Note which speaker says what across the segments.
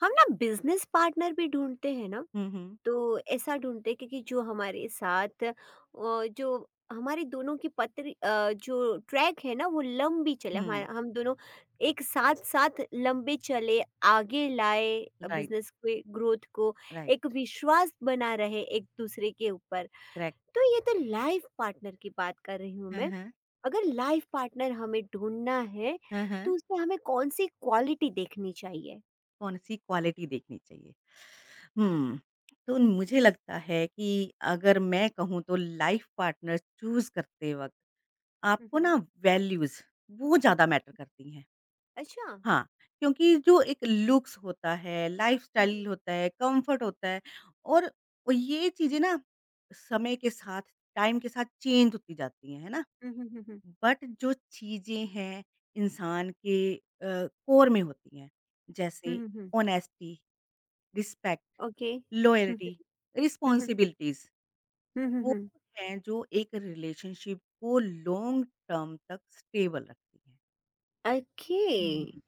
Speaker 1: हम ना business partner भी ढूंढते हैं ना।
Speaker 2: हुँ, हुँ।
Speaker 1: तो ऐसा ढूंढते हैं क्योंकि जो हमारे साथ जो हमारे दोनों की पत्री जो ट्रैक है ना वो लंबी चले। हमारे
Speaker 2: हुँ,
Speaker 1: हम दोनों एक साथ साथ लंबे चले, आगे लाए
Speaker 2: राइट,
Speaker 1: बिजनेस के ग्रोथ को, एक
Speaker 2: राइट,
Speaker 1: विश्वास बना रहे एक दूसरे के ऊपर।
Speaker 2: करेक्ट।
Speaker 1: तो ये तो लाइफ पार्टनर की बात कर रही हूँ
Speaker 2: हाँ,
Speaker 1: मैं।
Speaker 2: हाँ।
Speaker 1: अगर लाइफ पार्टनर हमें ढूंढना है
Speaker 2: हाँ,
Speaker 1: तो
Speaker 2: हाँ।
Speaker 1: उसमें हमें कौन सी क्वालिटी देखनी चाहिए?
Speaker 2: कौन-सी क्वालिटी देखनी चाहिए? हुँ, तो मुझे लगता है कि अगर मैं कहूँ तो लाइफ़ पार्टनर चूज़ करते वक़्त आपको ना वैल्यूज़ वो ज़्यादा मैटर करती हैं।
Speaker 1: अच्छा!
Speaker 2: हाँ, क्योंकि जो एक लुक्स होता है,
Speaker 1: हुँ, हुँ।
Speaker 2: लाइफ़स्टाइल होता है, कम्फ़र्ट होता है और ये चीज़ें ना समय के साथ, टाइम के साथ चेंज होती जाती हैं, है ना?
Speaker 1: हुँ, हुँ, हुँ, हुँ।
Speaker 2: बट जो चीज़ें हैं इंसान के कोर में होती हैं
Speaker 1: हुँ,
Speaker 2: जैसे
Speaker 1: हुँ, हुँ।
Speaker 2: Honesty, respect,
Speaker 1: okay. हुँ, हुँ,
Speaker 2: लॉयल्टी,
Speaker 1: हुँ, हुँ,
Speaker 2: रिस्पॉन्सिबिलिटीज़
Speaker 1: हुँ, हुँ,
Speaker 2: वो
Speaker 1: हुँ।
Speaker 2: हैं जो एक रिलेशनशिप को लॉन्ग टर्म तक स्टेबल रखती हैं।
Speaker 1: ओके।
Speaker 2: हुँ।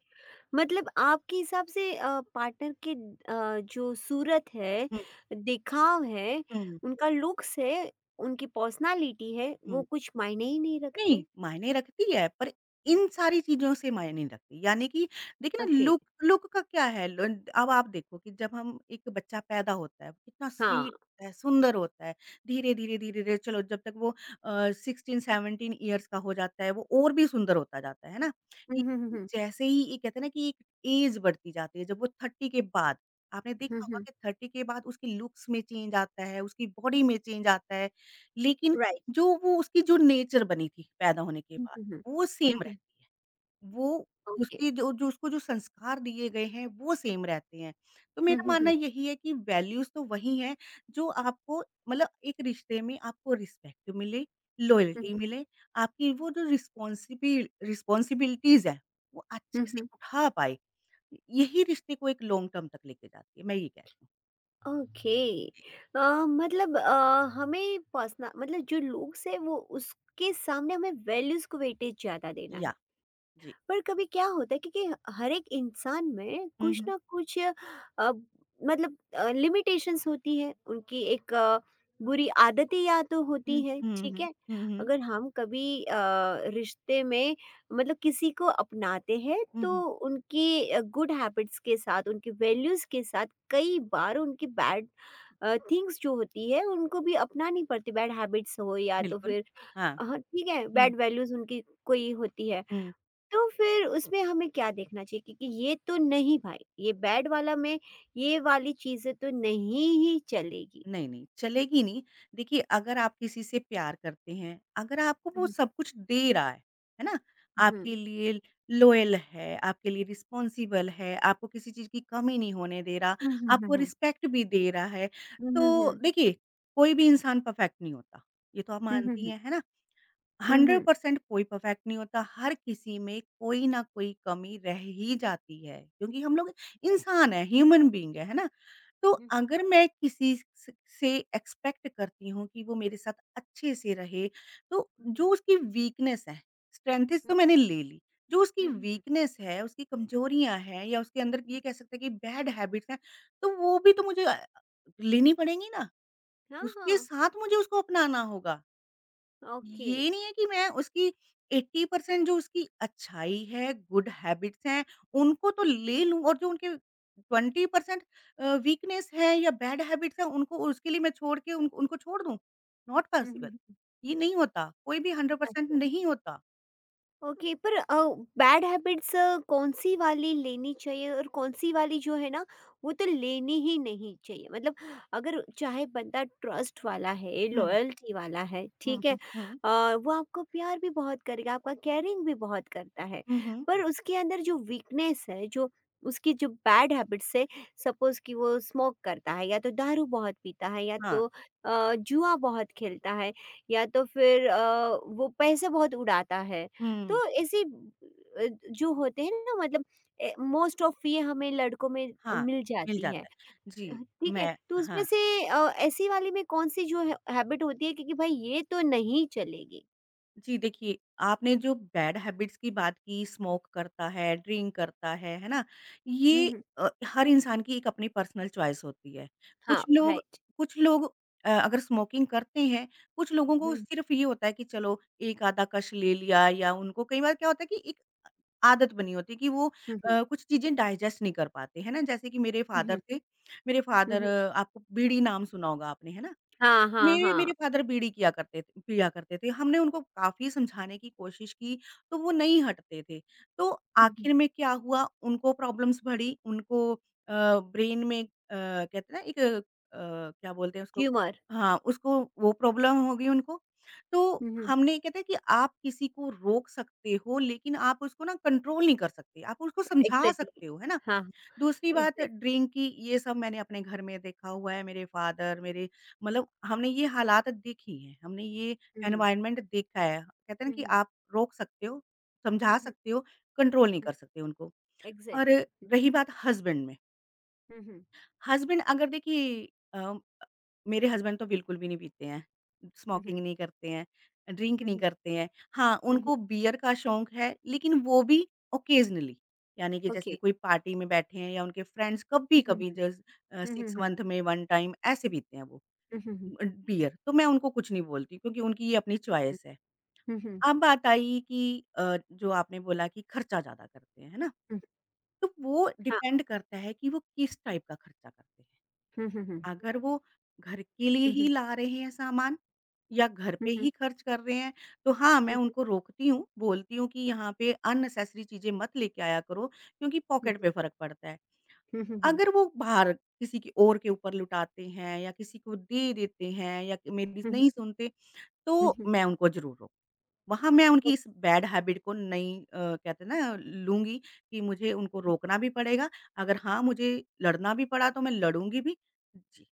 Speaker 1: मतलब आपके हिसाब से पार्टनर के जो सूरत है,
Speaker 2: हुँ,
Speaker 1: दिखाव है,
Speaker 2: हुँ,
Speaker 1: उनका लुक्स है, उनकी पर्सनैलिटी है, वो
Speaker 2: हुँ।
Speaker 1: कुछ मायने ही नहीं
Speaker 2: नहीं,
Speaker 1: रखते?
Speaker 2: मायने रखती है, पर इन सारी चीज़ों से मायने नहीं रखती। यानी कि देखिए ना
Speaker 1: ओके।
Speaker 2: लुक लुक का क्या है ल अब आप देखो कि जब हम एक बच्चा पैदा होता है, कितना
Speaker 1: हाँ।
Speaker 2: स्वीट है, सुंदर होता है। धीरे-धीरे, धीरे-धीरे चलो जब तक वो 16-17 इयर्स का हो जाता है, वो और भी सुंदर होता जाता है ना?
Speaker 1: हुँ,
Speaker 2: ये
Speaker 1: हुँ, हुँ, हुँ।
Speaker 2: जैसे ही ये कहते हैं ना कि एक एज बढ़ती जाती है, जब वो 30 के बाद आपने
Speaker 1: हुँ,
Speaker 2: देखा होगा
Speaker 1: हुँ।
Speaker 2: कि 30 के बाद उसकी लुक्स में चेंज आता है, उसकी बॉडी में चेंज आता है। लेकिन
Speaker 1: राइट।
Speaker 2: जो वो उसकी जो नेचर बनी थी पैदा होने के
Speaker 1: हुँ,
Speaker 2: बाद,
Speaker 1: हुँ, हुँ।
Speaker 2: वो
Speaker 1: हुँ,
Speaker 2: सेम
Speaker 1: हुँ।
Speaker 2: रहती है। वो
Speaker 1: ओके।
Speaker 2: उसकी जो जो उसको जो संस्कार दिए गए हैं, वो सेम रहते हैं। तो
Speaker 1: हुँ,
Speaker 2: मेरा
Speaker 1: हुँ,
Speaker 2: मानना
Speaker 1: हुँ।
Speaker 2: यही है कि वैल्यूज़ तो वही हैं, जो आपको मतलब एक रिश्ते में आपको रिस्पेक्ट मिले,
Speaker 1: हुँ,
Speaker 2: लॉयल्टी
Speaker 1: हुँ।
Speaker 2: मिले, आपकी वो जो रिस्पॉन्सिबिलिटीज़ हैं, वो
Speaker 1: हुँ,
Speaker 2: अच्छे से
Speaker 1: हुँ।
Speaker 2: उठा पाए। यही रिश्ते को एक लॉन्ग टर्म तक लेके जाती है, मैं ये कहती हूँ।
Speaker 1: ओके, अ, मतलब हमें पर्सनल, मतलब जो लोग हैं वो, उसके सामने हमें वैल्यूज को वेटेज ज्यादा देना
Speaker 2: या
Speaker 1: है।
Speaker 2: जी।
Speaker 1: पर कभी क्या होता है, क्योंकि हर एक इंसान में
Speaker 2: हुँ,
Speaker 1: कुछ
Speaker 2: हुँ।
Speaker 1: ना कुछ मतलब लिमिटेशंस होती है उनकी, एक बुरी आदतें या तो होती
Speaker 2: हुँ,
Speaker 1: है,
Speaker 2: हुँ,
Speaker 1: ठीक
Speaker 2: हुँ।
Speaker 1: है।
Speaker 2: हुँ, हुँ।
Speaker 1: अगर हम कभी रिश्ते में मतलब किसी को अपनाते हैं
Speaker 2: हुँ,
Speaker 1: तो
Speaker 2: हुँ।
Speaker 1: उनकी गुड हैबिट्स के साथ, उनकी वैल्यूज़ के साथ, कई बार उनकी बैड थिंग्स जो होती है उनको भी अपनानी पड़ती, बैड हैबिट्स हो या तो
Speaker 2: बिल्कुल।
Speaker 1: फिर
Speaker 2: हाँ।
Speaker 1: हाँ ठीक है,
Speaker 2: हुँ।
Speaker 1: बैड वैल्यूज़ उनकी कोई होती है।
Speaker 2: हुँ।
Speaker 1: तो फिर उसमें हमें क्या देखना चाहिए, क्योंकि ये तो नहीं भाई, ये बैड वाला में, ये वाली चीज़ें तो नहीं ही चलेगी।
Speaker 2: नहीं, नहीं, चलेगी नहीं। देखिए, अगर आप किसी से प्यार करते हैं, अगर आपको
Speaker 1: हुँ,
Speaker 2: वो
Speaker 1: हुँ।
Speaker 2: सब कुछ दे रहा है ना? आपके लिए लॉयल है, आपके लिए रिस्पॉन्सिबल है, आपको किसी चीज़ की कमी नहीं होने दे रहा,
Speaker 1: हुँ, हुँ, हुँ,
Speaker 2: आपको
Speaker 1: हुँ।
Speaker 2: रिस्पेक्ट भी दे रहा है,
Speaker 1: हुँ, हुँ,
Speaker 2: तो
Speaker 1: हुँ।
Speaker 2: देखिए, कोई भी इंसान परफेक्ट नहीं होता, ये तो आप
Speaker 1: हुँ, हुँ,
Speaker 2: मानती
Speaker 1: हुँ।
Speaker 2: हैं, है ना?
Speaker 1: हुँ, हुँ।
Speaker 2: 100% कोई परफेक्ट नहीं होता, हर किसी में कोई ना कोई कमी रह ही जाती है, क्योंकि हम लोग
Speaker 1: राइट।
Speaker 2: इंसान हैं, ह्यूमन बीइंग है ना? तो
Speaker 1: हुँ, हुँ, हुँ,
Speaker 2: अगर मैं किसी स से एक्सपेक्ट करती हूँ कि वो मेरे साथ अच्छे से रहे, तो
Speaker 1: हुँ, हुँ,
Speaker 2: जो उसकी वीकनेस है, स्ट्रेंथेस तो मैंने ले ली, जो उसकी
Speaker 1: हुँ, हुँ, हुँ, हुँ,
Speaker 2: वीकनेस है, उसकी कमजोरियाँ हैं या उसके अंदर ये
Speaker 1: हुँ।
Speaker 2: कह सकते हैं कि बैड हैबिट्स हैं, तो वो भी तो मुझे लेनी पड़ेंगी ना,
Speaker 1: हाँ,
Speaker 2: उसके
Speaker 1: हाँ।
Speaker 2: साथ मुझे उसको अपनाना होगा।
Speaker 1: ओके।
Speaker 2: ये नहीं है कि मैं उसकी 80% जो उसकी अच्छाई है, गुड हैबिट्स हैं, उनको तो ले लूँ और जो उनके 20% वीकनेस है या बैड हैबिट्स हैं, उनको उसके लिए मैं छोड़ के उन उनको छोड़ दूँ। नॉट
Speaker 1: हुँ,
Speaker 2: पॉसिबल
Speaker 1: हुँ, हुँ।
Speaker 2: ये नहीं होता, कोई भी 100%
Speaker 1: अच्छा।
Speaker 2: नहीं होता।
Speaker 1: ओके, पर बैड हैबिट्स कौन सी वाली लेनी चाहिए और कौन सी वाली जो है ना वो तो लेनी ही नहीं चाहिए? मतलब अगर चाहे बंदा ट्रस्ट वाला है,
Speaker 2: हुँ,
Speaker 1: लॉयल्टी वाला है,
Speaker 2: हुँ,
Speaker 1: ठीक है,
Speaker 2: हुँ, हुँ।
Speaker 1: वो आपको प्यार भी बहुत करेगा, आपका केयरिंग भी बहुत करता है,
Speaker 2: हुँ, हुँ।
Speaker 1: पर उसके अंदर जो वीकनेस है, जो उसकी जो बैड हैबिट्स है, सपोज कि वो स्मोक करता है या तो दारू बहुत पीता है या
Speaker 2: हाँ,
Speaker 1: तो जुआ बहुत खेलता है या तो फिर वो पैसे बहुत उड़ाता है।
Speaker 2: हुँ।
Speaker 1: तो ऐसे जो होते हैं ना, मतलब मोस्ट ऑफ ये हमें लड़कों में
Speaker 2: हाँ,
Speaker 1: मिल
Speaker 2: मिल
Speaker 1: जाती है।
Speaker 2: जाता है। जी,
Speaker 1: ठीक है,
Speaker 2: मैं
Speaker 1: तो उसमें
Speaker 2: हाँ।
Speaker 1: से अ, ऐसी वाली में कौन सी हैबिट होती है, क्योंकि भाई ये तो नहीं चलेगी।
Speaker 2: जी, देखिए, आपने जो बैड हैबिट्स की बात की, स्मोक करता है, ड्रिंक करता है ना?
Speaker 1: हम्म,
Speaker 2: ये हर इंसान की एक अपनी पर्सनल चॉइस होती है। कुछ
Speaker 1: हाँ,
Speaker 2: लोग
Speaker 1: राइट।
Speaker 2: कुछ लोग अगर स्मोकिंग करते हैं, कुछ लोगों को
Speaker 1: हम्म,
Speaker 2: सिर्फ़ ये होता है कि चलो, 1 आधा कश ले लिया या उनको कई बार क्या होता है कि एक आदत बनी होती है कि वो
Speaker 1: हम्म,
Speaker 2: कुछ चीज़ें डाइजेस्ट नहीं कर पाते, है ना? जैसे कि मेरे फादर
Speaker 1: हम्म,
Speaker 2: थे। मेरे
Speaker 1: हम्म,
Speaker 2: फादर
Speaker 1: हम्म,
Speaker 2: आपको बीड़ी नाम सुना होगा आपने, है ना?
Speaker 1: हाँ, हाँ,
Speaker 2: मेरे
Speaker 1: हाँ।
Speaker 2: मेरे फादर बीड़ी किया करते थे पिया करते थे। हमने उनको काफ़ी समझाने की कोशिश की, तो वो नहीं हटते थे। तो
Speaker 1: हम्म,
Speaker 2: आखिर में क्या हुआ, उनको प्रॉब्लम्स बढ़ी, उनको अ, ब्रेन में कहते हैं ना एक क्या बोलते हैं उसको?
Speaker 1: ह्यूमर।
Speaker 2: हाँ, उसको वो प्रॉब्लम हो गई उनको। तो
Speaker 1: हम्म,
Speaker 2: हमने कहते हैं कि आप किसी को रोक सकते हो, लेकिन आप उसको ना कंट्रोल नहीं कर सकते। आप उसको समझा
Speaker 1: एग्जैक्टली,
Speaker 2: सकते हो, है ना?
Speaker 1: हाँ।
Speaker 2: दूसरी बात
Speaker 1: एग्जैक्ट।
Speaker 2: ड्रिंक की, ये सब मैंने अपने घर में देखा हुआ है, मेरे फ़ादर मेरे मतलब हमने ये हालात देखी हैं, हमने ये
Speaker 1: हम्म,
Speaker 2: एनवायरनमेंट देखा है। कहते हैं ना कि
Speaker 1: हम्म,
Speaker 2: आप रोक सकते हो, समझा
Speaker 1: हम्म,
Speaker 2: सकते हो, कंट्रोल नहीं
Speaker 1: हम्म,
Speaker 2: कर सकते उनको। और
Speaker 1: एग्जैक्टली।
Speaker 2: रही बात हस्बैंड में,
Speaker 1: हम्म, हम्म,
Speaker 2: हस्बैंड अगर देखिए अ मेरे हस्बैंड तो बिल्कुल भी नहीं पीते हैं,
Speaker 1: हम्म,
Speaker 2: स्मोकिंग
Speaker 1: हम्म,
Speaker 2: नहीं करते हैं, ड्रिंक नहीं
Speaker 1: हम्म,
Speaker 2: करते हैं। हाँ,
Speaker 1: हम्म, हम्म,
Speaker 2: उनको बियर का शौक है लेकिन वो भी ओकेज़नली यानी कि जैसे कोई पार्टी में बैठे हैं या उनके फ्रेंड्स कभी-कभी जस
Speaker 1: हम्म, हम्म,
Speaker 2: 6
Speaker 1: हम्म, हम्म,
Speaker 2: मंथ में 1 टाइम ऐसे पीते हैं वो
Speaker 1: हम्म, हम्म,
Speaker 2: बियर। तो मैं उनको कुछ नहीं बोलती क्योंकि उनकी ये अपनी चॉइस है।
Speaker 1: हम्म, हम्म,
Speaker 2: अब बात आई कि जो आपने बोला कि खर्चा ज़्यादा करते हैं, है ना? तो वो
Speaker 1: हाँ।
Speaker 2: डिपेंड करता है कि वो किस टाइप का खर्चा करते हैं।
Speaker 1: हुँ, हुँ, हुँ।
Speaker 2: अगर वो घर के लिए
Speaker 1: हुँ,
Speaker 2: ही
Speaker 1: हुँ।
Speaker 2: ला रहे हैं सामान या घर
Speaker 1: हुँ,
Speaker 2: पे
Speaker 1: हुँ।
Speaker 2: ही खर्च कर रहे हैं, तो हाँ, मैं
Speaker 1: हुँ,
Speaker 2: उनको रोकती हूँ, बोलती हूँ कि यहाँ पे अननेसेसरी चीज़ें मत लेके आया करो क्योंकि पॉकेट पे
Speaker 1: हुँ।
Speaker 2: फ़र्क पड़ता है।
Speaker 1: हुँ, हुँ, हुँ।
Speaker 2: अगर वो भार किसी की और के ऊपर लुटाते हैं या किसी को दे देते हैं या कि मेरी
Speaker 1: हुँ, हुँ।
Speaker 2: नहीं सुनते,
Speaker 1: हुँ,
Speaker 2: तो
Speaker 1: हुँ।
Speaker 2: मैं उनको ज़रूर रोक वहाँ मैं
Speaker 1: ओ
Speaker 2: उनकी इस बैड हैबिट को नहीं कहते हैं ना लूँगी कि मुझे उनको रोकना भी पड़ेगा। अगर हाँ, मुझे लड़ना भी पड़ा तो मैं लड़ूँगी भी। जी।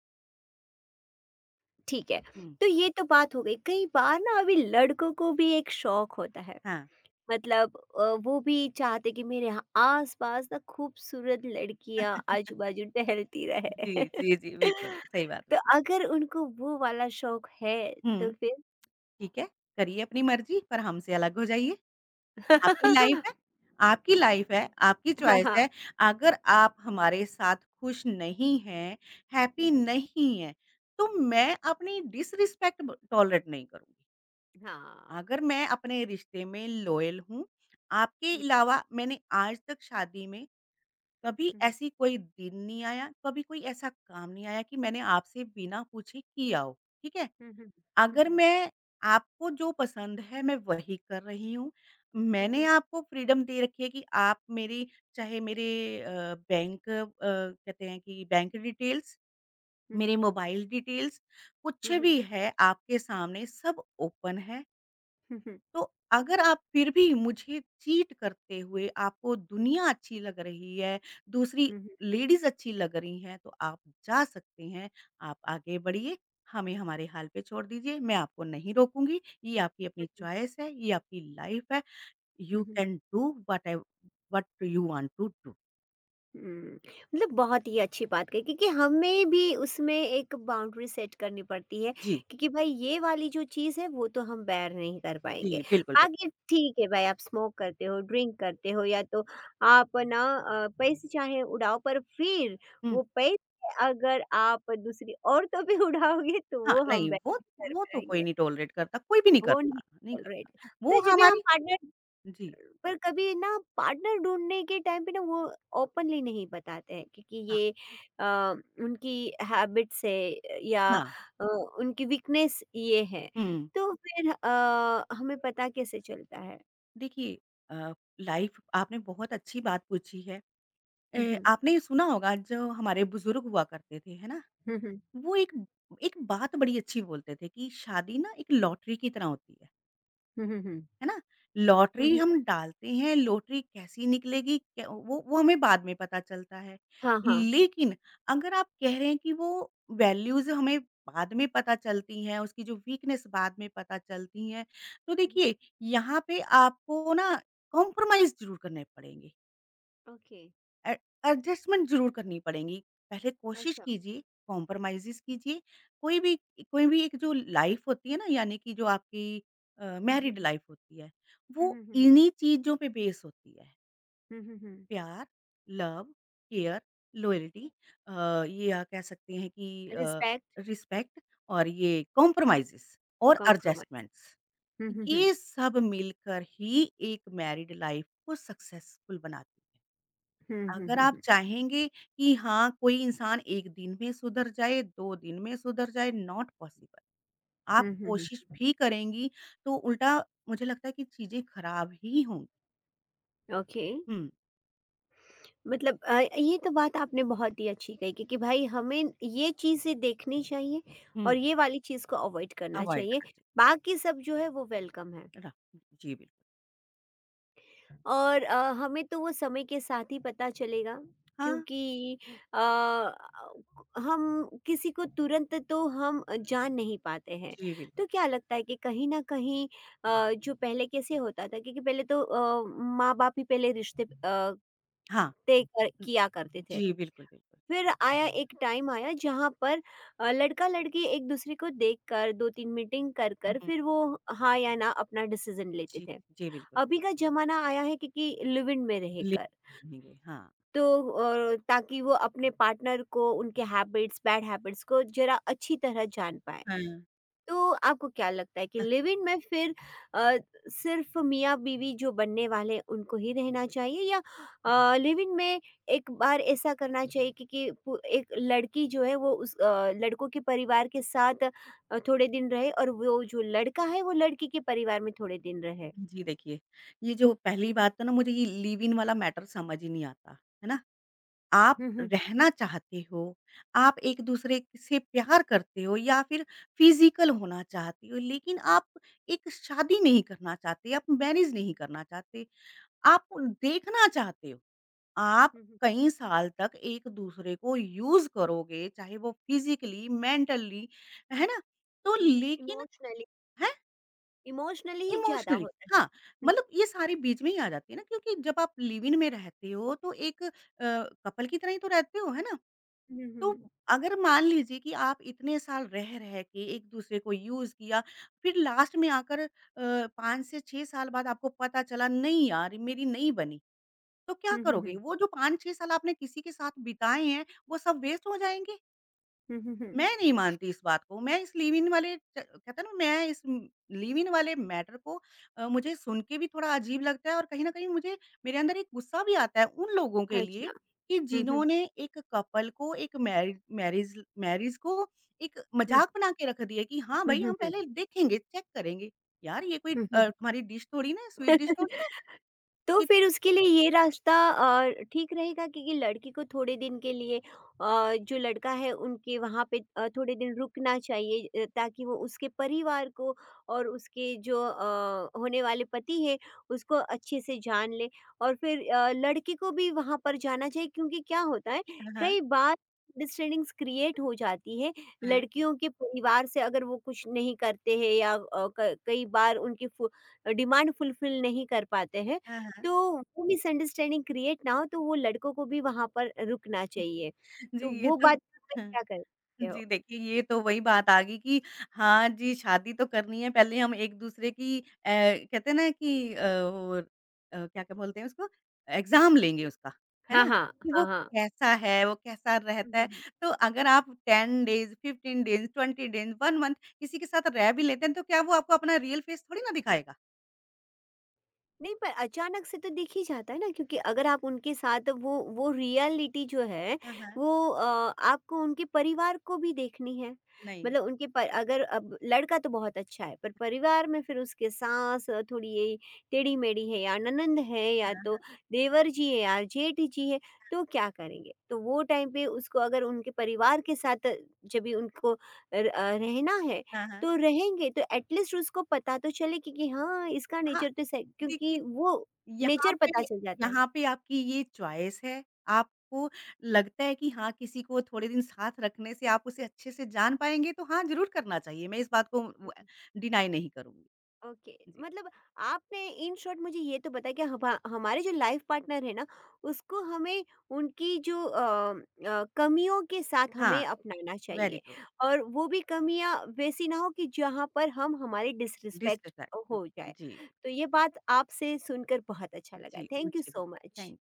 Speaker 1: ठीक है।
Speaker 2: हुँ,
Speaker 1: तो ये तो बात हो गई। कई बार ना अभी लड़कों को भी एक शौक होता है।
Speaker 2: हाँ।
Speaker 1: मतलब वो भी चाहते कि मेरे ह आस-पास ना खूबसूरत लड़कियाँ आजू-बाजू टहलती
Speaker 2: जी,
Speaker 1: रहे।
Speaker 2: जी, जी, बिल्कुल, सही बात
Speaker 1: तो
Speaker 2: बोली आप।
Speaker 1: अगर उनको वो वाला शौक है तो
Speaker 2: हुँ।
Speaker 1: फिर?
Speaker 2: ठीक है, करिए अपनी मर्ज़ी पर हमसे अलग हो जाइए। आपकी लाइफ़ है आपकी लाइफ़ है, आपकी
Speaker 1: हाँ,
Speaker 2: चॉइस
Speaker 1: हाँ।
Speaker 2: है। अगर आप हमारे साथ खुश नहीं हैं,
Speaker 1: हुँ,
Speaker 2: हैप्पी
Speaker 1: हुँ।
Speaker 2: नहीं हैं, तो
Speaker 1: हुँ।
Speaker 2: मैं अपनी डिसरिस्पेक्ट ब टॉलरेट नहीं करूँगी।
Speaker 1: हाँ।
Speaker 2: अगर मैं अपने रिश्ते में लॉयल हूँ, आपके
Speaker 1: हुँ,
Speaker 2: अलावा मैंने आज तक शादी में कभी
Speaker 1: हुँ, हुँ।
Speaker 2: ऐसी कोई दिन नहीं आया, कभी कोई ऐसा काम नहीं आया कि मैंने आपसे बिना पूछे किया हो, ठीक है?
Speaker 1: हुँ, हुँ। हुँ,
Speaker 2: अगर
Speaker 1: हुँ।
Speaker 2: मैं आपको जो पसंद है मैं वही कर रही हूँ।
Speaker 1: हुँ,
Speaker 2: मैंने
Speaker 1: हुँ।
Speaker 2: आपको फ्रीडम दे रखी है कि आप मेरी चाहे मेरे अ, बैंक कहते हैं कि बैंक डिटेल्स,
Speaker 1: हुँ,
Speaker 2: मेरे
Speaker 1: हुँ।
Speaker 2: मोबाइल डिटेल्स कुछ
Speaker 1: हुँ, हुँ।
Speaker 2: भी है आपके सामने सब ओपन है।
Speaker 1: हुँ, हुँ।
Speaker 2: तो अगर आप फिर भी मुझे चीट करते हुए आपको दुनिया अच्छी लग रही है, दूसरी
Speaker 1: हुँ, हुँ।
Speaker 2: लेडीज़ अच्छी लग रही हैं, तो आप जा सकते हैं, आप आगे बढ़िए, हमें हमारे हाल पे छोड़ दीजिए, मैं आपको नहीं रोकूँगी, ये आपकी अपनी चॉइस है, ये आपकी लाइफ़ है, यू
Speaker 1: हुँ, हुँ।
Speaker 2: Can do whatev what you want to do.
Speaker 1: हुँ, मतलब बहुत ही अच्छी बात कही, क्योंकि हमें भी उसमें एक बाउंड्री सेट करनी पड़ती है,
Speaker 2: जी,
Speaker 1: क्योंकि भाई ये वाली जो चीज़ है वो तो हम बैर नहीं कर पाएँगे।
Speaker 2: जी, बिल्कुल, बिल्कुल।
Speaker 1: बाकी ठीक है भाई, आप स्मोक करते हो, ड्रिंक करते हो या तो आप ना पैसे चाहे उड़ाओ, पर फिर
Speaker 2: हुँ,
Speaker 1: वो पैसे अगर आप दूसरी औरतों पे उड़ाओगे तो
Speaker 2: हाँ,
Speaker 1: वो हम
Speaker 2: नहीं
Speaker 1: बैर
Speaker 2: वो
Speaker 1: नहीं कर
Speaker 2: वो तो कोई नहीं
Speaker 1: पाएँगे।
Speaker 2: टॉलरेट करता, कोई भी नहीं
Speaker 1: वो
Speaker 2: करता,
Speaker 1: नहीं
Speaker 2: नहीं करता।
Speaker 1: टॉलरेट।
Speaker 2: वो
Speaker 1: तो जब भी हम
Speaker 2: हमारी
Speaker 1: पार्टनर,
Speaker 2: जी,
Speaker 1: पर कभी ना, पार्टनर ढूँढने के टाइम पे ना वो ओपनली नहीं बताते हैं क्योंकि
Speaker 2: हाँ,
Speaker 1: ये अ, उनकी हैबिट्स है या
Speaker 2: हाँ,
Speaker 1: अ, उनकी वीकनेस ये है।
Speaker 2: हुँ।
Speaker 1: तो फिर हमें पता कैसे चलता है?
Speaker 2: देखिए अ, लाइफ आपने बहुत अच्छी बात पूछी है।
Speaker 1: हुँ,
Speaker 2: ए,
Speaker 1: हुँ।
Speaker 2: आपने सुना होगा जो हमारे बुजुर्ग हुआ करते थे, है ना?
Speaker 1: हुँ, हुँ।
Speaker 2: वो एक एक बात बड़ी अच्छी बोलते थे कि शादी ना एक लॉटरी की तरह होती है।
Speaker 1: हुँ, हुँ, हुँ।
Speaker 2: है ना?
Speaker 1: हुँ,
Speaker 2: लॉटरी
Speaker 1: हुँ।
Speaker 2: हम डालते हैं, लॉटरी कैसी निकलेगी क्या वो हमें बाद में पता चलता है।
Speaker 1: हाँ, हाँ।
Speaker 2: लेकिन अगर आप कह रहे हैं कि वो वैल्यूज़ हमें बाद में पता चलती हैं, उसकी जो वीकनेस बाद में पता चलती हैं, तो
Speaker 1: हुँ,
Speaker 2: देखिए
Speaker 1: हुँ।
Speaker 2: यहाँ पे आपको ना कॉम्प्रोमाइज़ ज़रूर करने पड़ेंगे।
Speaker 1: ओके।
Speaker 2: ए एडजस्टमेंट ज़रूर करनी पड़ेंगी। पहले कोशिश
Speaker 1: अच्छा।
Speaker 2: कीजिए, कॉम्प्रोमाइज़ेज़ कीजिए। कोई भी कोई भी एक जो लाइफ़ होती है ना यानी कि जो आपकी
Speaker 1: हुँ, हुँ,
Speaker 2: मैरिड
Speaker 1: हुँ।
Speaker 2: लाइफ़ होती है, वो
Speaker 1: हुँ, हुँ, हुँ, हुँ।
Speaker 2: इन्हीं चीज़ों पे बेस होती है।
Speaker 1: हुँ, हुँ, हुँ।
Speaker 2: प्यार, लव, केयर, लॉयल्टी अ, ये आप कह सकते हैं कि
Speaker 1: रिस्पेक्ट,
Speaker 2: रिस्पेक्ट और ये कॉम्प्रोमाइज़ेज़ और एडजस्टमेंट्स।
Speaker 1: कॉम्प्रोमाइज़ेज़। हुँ, हुँ, हुँ।
Speaker 2: ये सब मिलकर ही एक मैरिड लाइफ़ को सक्सेसफुल बनाती है।
Speaker 1: हुँ, हुँ,
Speaker 2: अगर
Speaker 1: हुँ,
Speaker 2: आप
Speaker 1: हुँ।
Speaker 2: चाहेंगे कि हाँ, कोई इंसान 1 दिन में सुधर जाए, 2 दिन में सुधर जाए, नॉट पॉसिबल।
Speaker 1: हुँ,
Speaker 2: आप
Speaker 1: हुँ, हुँ।
Speaker 2: कोशिश भी करेंगी, तो उल्टा मुझे लगता है कि चीज़ें खराब ही होंगी।
Speaker 1: ओके।
Speaker 2: हुँ,
Speaker 1: मतलब ये तो बात आपने बहुत ही अच्छी कही कि भाई हमें ये चीज़ें देखनी चाहिए
Speaker 2: हुँ।
Speaker 1: और ये वाली चीज़ को अवॉइड करना
Speaker 2: अवॉइड
Speaker 1: चाहिए।
Speaker 2: करना चाहिए।
Speaker 1: बाकी सब जो है वो वेलकम है।
Speaker 2: र जी, बिल्कुल।
Speaker 1: और हमें तो वो समय के साथ ही पता चलेगा,
Speaker 2: हाँ,
Speaker 1: क्योंकि अ, हम किसी को तुरंत तो हम जान नहीं पाते हैं।
Speaker 2: जी, बिल्कुल।
Speaker 1: तो क्या लगता है कि कहीं न कहीं जो पहले कैसे होता था, क्योंकि पहले तो माँ-बाप ही पहले रिश्ते
Speaker 2: हाँ,
Speaker 1: तय कर
Speaker 2: हुँ,
Speaker 1: किया करते थे।
Speaker 2: जी, बिल्कुल, बिल्कुल।
Speaker 1: फिर आया एक टाइम आया जहाँ पर लड़का-लड़की एक दूसरे को देखकर 2-3 मीटिंग कर कर
Speaker 2: हुँ।
Speaker 1: फिर वो हाँ या ना अपना डिसीज़न लेते
Speaker 2: जी,
Speaker 1: थे।
Speaker 2: जी, बिल्कुल।
Speaker 1: अभी का ज़माना आया है क्योंकि लिव इन में
Speaker 2: ले
Speaker 1: रहकर,
Speaker 2: रहेंगे, हाँ।
Speaker 1: तो ताकि वो अपने पार्टनर को उनके हैबिट्स, बैड हैबिट्स को ज़रा अच्छी तरह जान पाएँ।
Speaker 2: हाँ।
Speaker 1: तो आपको क्या लगता है कि लिव इन में फिर अ, सिर्फ मियाँ बीवी जो बनने वाले हैं, उनको ही रहना चाहिए, या
Speaker 2: अ,
Speaker 1: लिव इन में एक बार ऐसा करना चाहिए कि एक लड़की जो है वो उस लड़कों के परिवार के साथ थोड़े दिन रहे, और वो जो लड़का है वो लड़की के परिवार में थोड़े दिन रहे?
Speaker 2: जी, देखिए, ये जो पहली बात तो ना मुझे ये लिव इन वाला मैटर समझ ही नहीं आता, है ना? आप रहना चाहते हो, आप एक-दूसरे से प्यार करते हो या फिर फिज़िकल होना चाहते हो, लेकिन आप एक शादी नहीं करना चाहते, आप मैरिज नहीं करना चाहते, आप देखना चाहते हो। आप कई साल तक एक-दूसरे को यूज़ करोगे, चाहे वो फिज़िकली, मेंटली, है ना? तो लेकिन
Speaker 1: इमोशनली।
Speaker 2: हैं,
Speaker 1: इमोशनली ही ज्यादा
Speaker 2: इमोशनली
Speaker 1: होता है।
Speaker 2: हाँ,
Speaker 1: हम्म,
Speaker 2: मतलब ये सारे बीच में ही आ जाती है ना, क्योंकि जब आप लिव इन में रहते हो, तो एक कपल की तरह ही तो रहते हो, है ना?
Speaker 1: अच्छा।
Speaker 2: तो अगर मान लीजिए कि आप इतने साल रह रह के एक दूसरे को यूज़ किया, फिर लास्ट में आकर 5 से 6 साल बाद आपको पता चला नहीं यार मेरी नहीं बनी, तो क्या
Speaker 1: हम्म,
Speaker 2: करोगे?
Speaker 1: हम्म,
Speaker 2: वो जो 5-6 साल आपने किसी के साथ बिताए हैं, वो सब वेस्ट हो जाएँगे?
Speaker 1: हम्म, हम्म, हम्म,
Speaker 2: मैं नहीं मानती इस बात को, मैं इस लिव इन वाले च कहते हैं ना मैं इस लिव इन वाले मैटर को मुझे सुन के भी थोड़ा अजीब लगता है और कहीं न कहीं मुझे मेरे अंदर एक गुस्सा भी आता है उन लोगों के लिए
Speaker 1: अच्छा।
Speaker 2: कि
Speaker 1: हम्म, हम्म,
Speaker 2: जिन्होंने एक कपल को एक मैरि मैरिज मैरिज को एक
Speaker 1: हम्म,
Speaker 2: मज़ाक बना के रख दिया कि हाँ
Speaker 1: हम्म,
Speaker 2: भई हम
Speaker 1: हम्म,
Speaker 2: पहले देखेंगे, चेक करेंगे। यार ये कोई
Speaker 1: हम्म।
Speaker 2: तुम्हारी डिश थोड़ी ना है, स्वीट डिश थोड़ी ना
Speaker 1: तो
Speaker 2: कि
Speaker 1: फिर उसके लिए ये रास्ता ठीक रहेगा, क्योंकि लड़की को थोड़े दिन के लिए जो लड़का है उनके वहाँ पे थोड़े दिन रुकना चाहिए, ताकि वो उसके परिवार को और उसके जो होने वाले पति है उसको अच्छे से जान ले। और फिर लड़की को भी वहाँ पर जाना चाहिए, क्योंकि क्या होता है,
Speaker 2: हाँ, हाँ।
Speaker 1: कई बार अंडरस्टैंडिंग्स क्रिएट हो जाती है लड़कियों के परिवार से, अगर वो कुछ नहीं करते हैं या कई बार उनकी डिमांड फुलफिल नहीं कर पाते हैं,
Speaker 2: हाँ, हाँ।
Speaker 1: तो वो मिसअंडरस्टैंडिंग क्रिएट ना हो तो वो लड़कों को भी वहाँ पर रुकना चाहिए।
Speaker 2: जी,
Speaker 1: तो
Speaker 2: ये
Speaker 1: वो
Speaker 2: तो
Speaker 1: बात पे आप
Speaker 2: हाँ।
Speaker 1: क्या करते हो?
Speaker 2: जी, देखिए ये तो वही बात आ गई कि हाँ जी, शादी तो करनी है, पहले हम एक-दूसरे की कहते हैं ना कि वो क्या क्या बोलते हैं उसको? एग्ज़ाम लेंगे उसका, है
Speaker 1: हाँ,
Speaker 2: ना?
Speaker 1: हाँ।
Speaker 2: कि वो
Speaker 1: हाँ, हाँ।
Speaker 2: कैसा है, वो कैसा
Speaker 1: हुँ,
Speaker 2: रहता है।
Speaker 1: हुँ, हुँ।
Speaker 2: तो अगर आप 10 डेज़, 15 डेज़, 20 डेज़, 1 मंथ किसी के साथ रह भी लेते हैं, तो क्या वो आपको अपना रियल फेस थोड़ी ना दिखाएगा?
Speaker 1: नहीं, पर अचानक से तो दिख ही जाता है ना, क्योंकि अगर आप उनके साथ वो रियलिटी जो है
Speaker 2: हाँ, हाँ।
Speaker 1: वो आपको उनके परिवार को भी देखनी है।
Speaker 2: नहीं।
Speaker 1: मतलब उनके प अगर अब लड़का तो बहुत अच्छा है पर परिवार में फिर उसके सास थोड़ी ये टेढ़ी-मेढ़ी है या ननंद है या
Speaker 2: हाँ,
Speaker 1: तो
Speaker 2: हाँ।
Speaker 1: देवर जी है या जेठ जी है, तो क्या करेंगे? तो वो टाइम पे उसको, अगर उनके परिवार के साथ जब भी उनको रहना है
Speaker 2: हाँ, हाँ।
Speaker 1: तो रहेंगे, तो एटलीस्ट उसको पता तो चले कि हाँ इसका
Speaker 2: हाँ,
Speaker 1: नेचर तो सही,
Speaker 2: देखिए
Speaker 1: क्योंकि वो
Speaker 2: यहाँ
Speaker 1: नेचर
Speaker 2: पे
Speaker 1: पता चल जाता है।
Speaker 2: यहाँ पे आपकी ये चॉइस है। आपको लगता है कि हाँ, किसी को थोड़े दिन साथ रखने से आप उसे अच्छे से जान पाएँगे, तो हाँ, ज़रूर करना चाहिए। मैं इस बात को व
Speaker 1: हम्म,
Speaker 2: डिनाई नहीं करूँगी।
Speaker 1: ओके।
Speaker 2: जी।
Speaker 1: मतलब आपने इन शॉर्ट मुझे ये तो बताया कि हमारे जो लाइफ पार्टनर है ना, उसको हमें उनकी जो कमियों के साथ
Speaker 2: हाँ,
Speaker 1: हमें अपनाना
Speaker 2: वेरी
Speaker 1: चाहिए,
Speaker 2: ट्रू।
Speaker 1: और वो भी कमियाँ वैसी ना हो कि जहाँ पर हम हमारी डिसरिस्पेक्ट
Speaker 2: डिसरिस्पेक्ट
Speaker 1: हो जाए।
Speaker 2: जी,
Speaker 1: तो ये बात आपसे सुनकर बहुत अच्छा लगा।
Speaker 2: जी,
Speaker 1: थैंक यू
Speaker 2: मुझे भी।
Speaker 1: So
Speaker 2: thank
Speaker 1: much.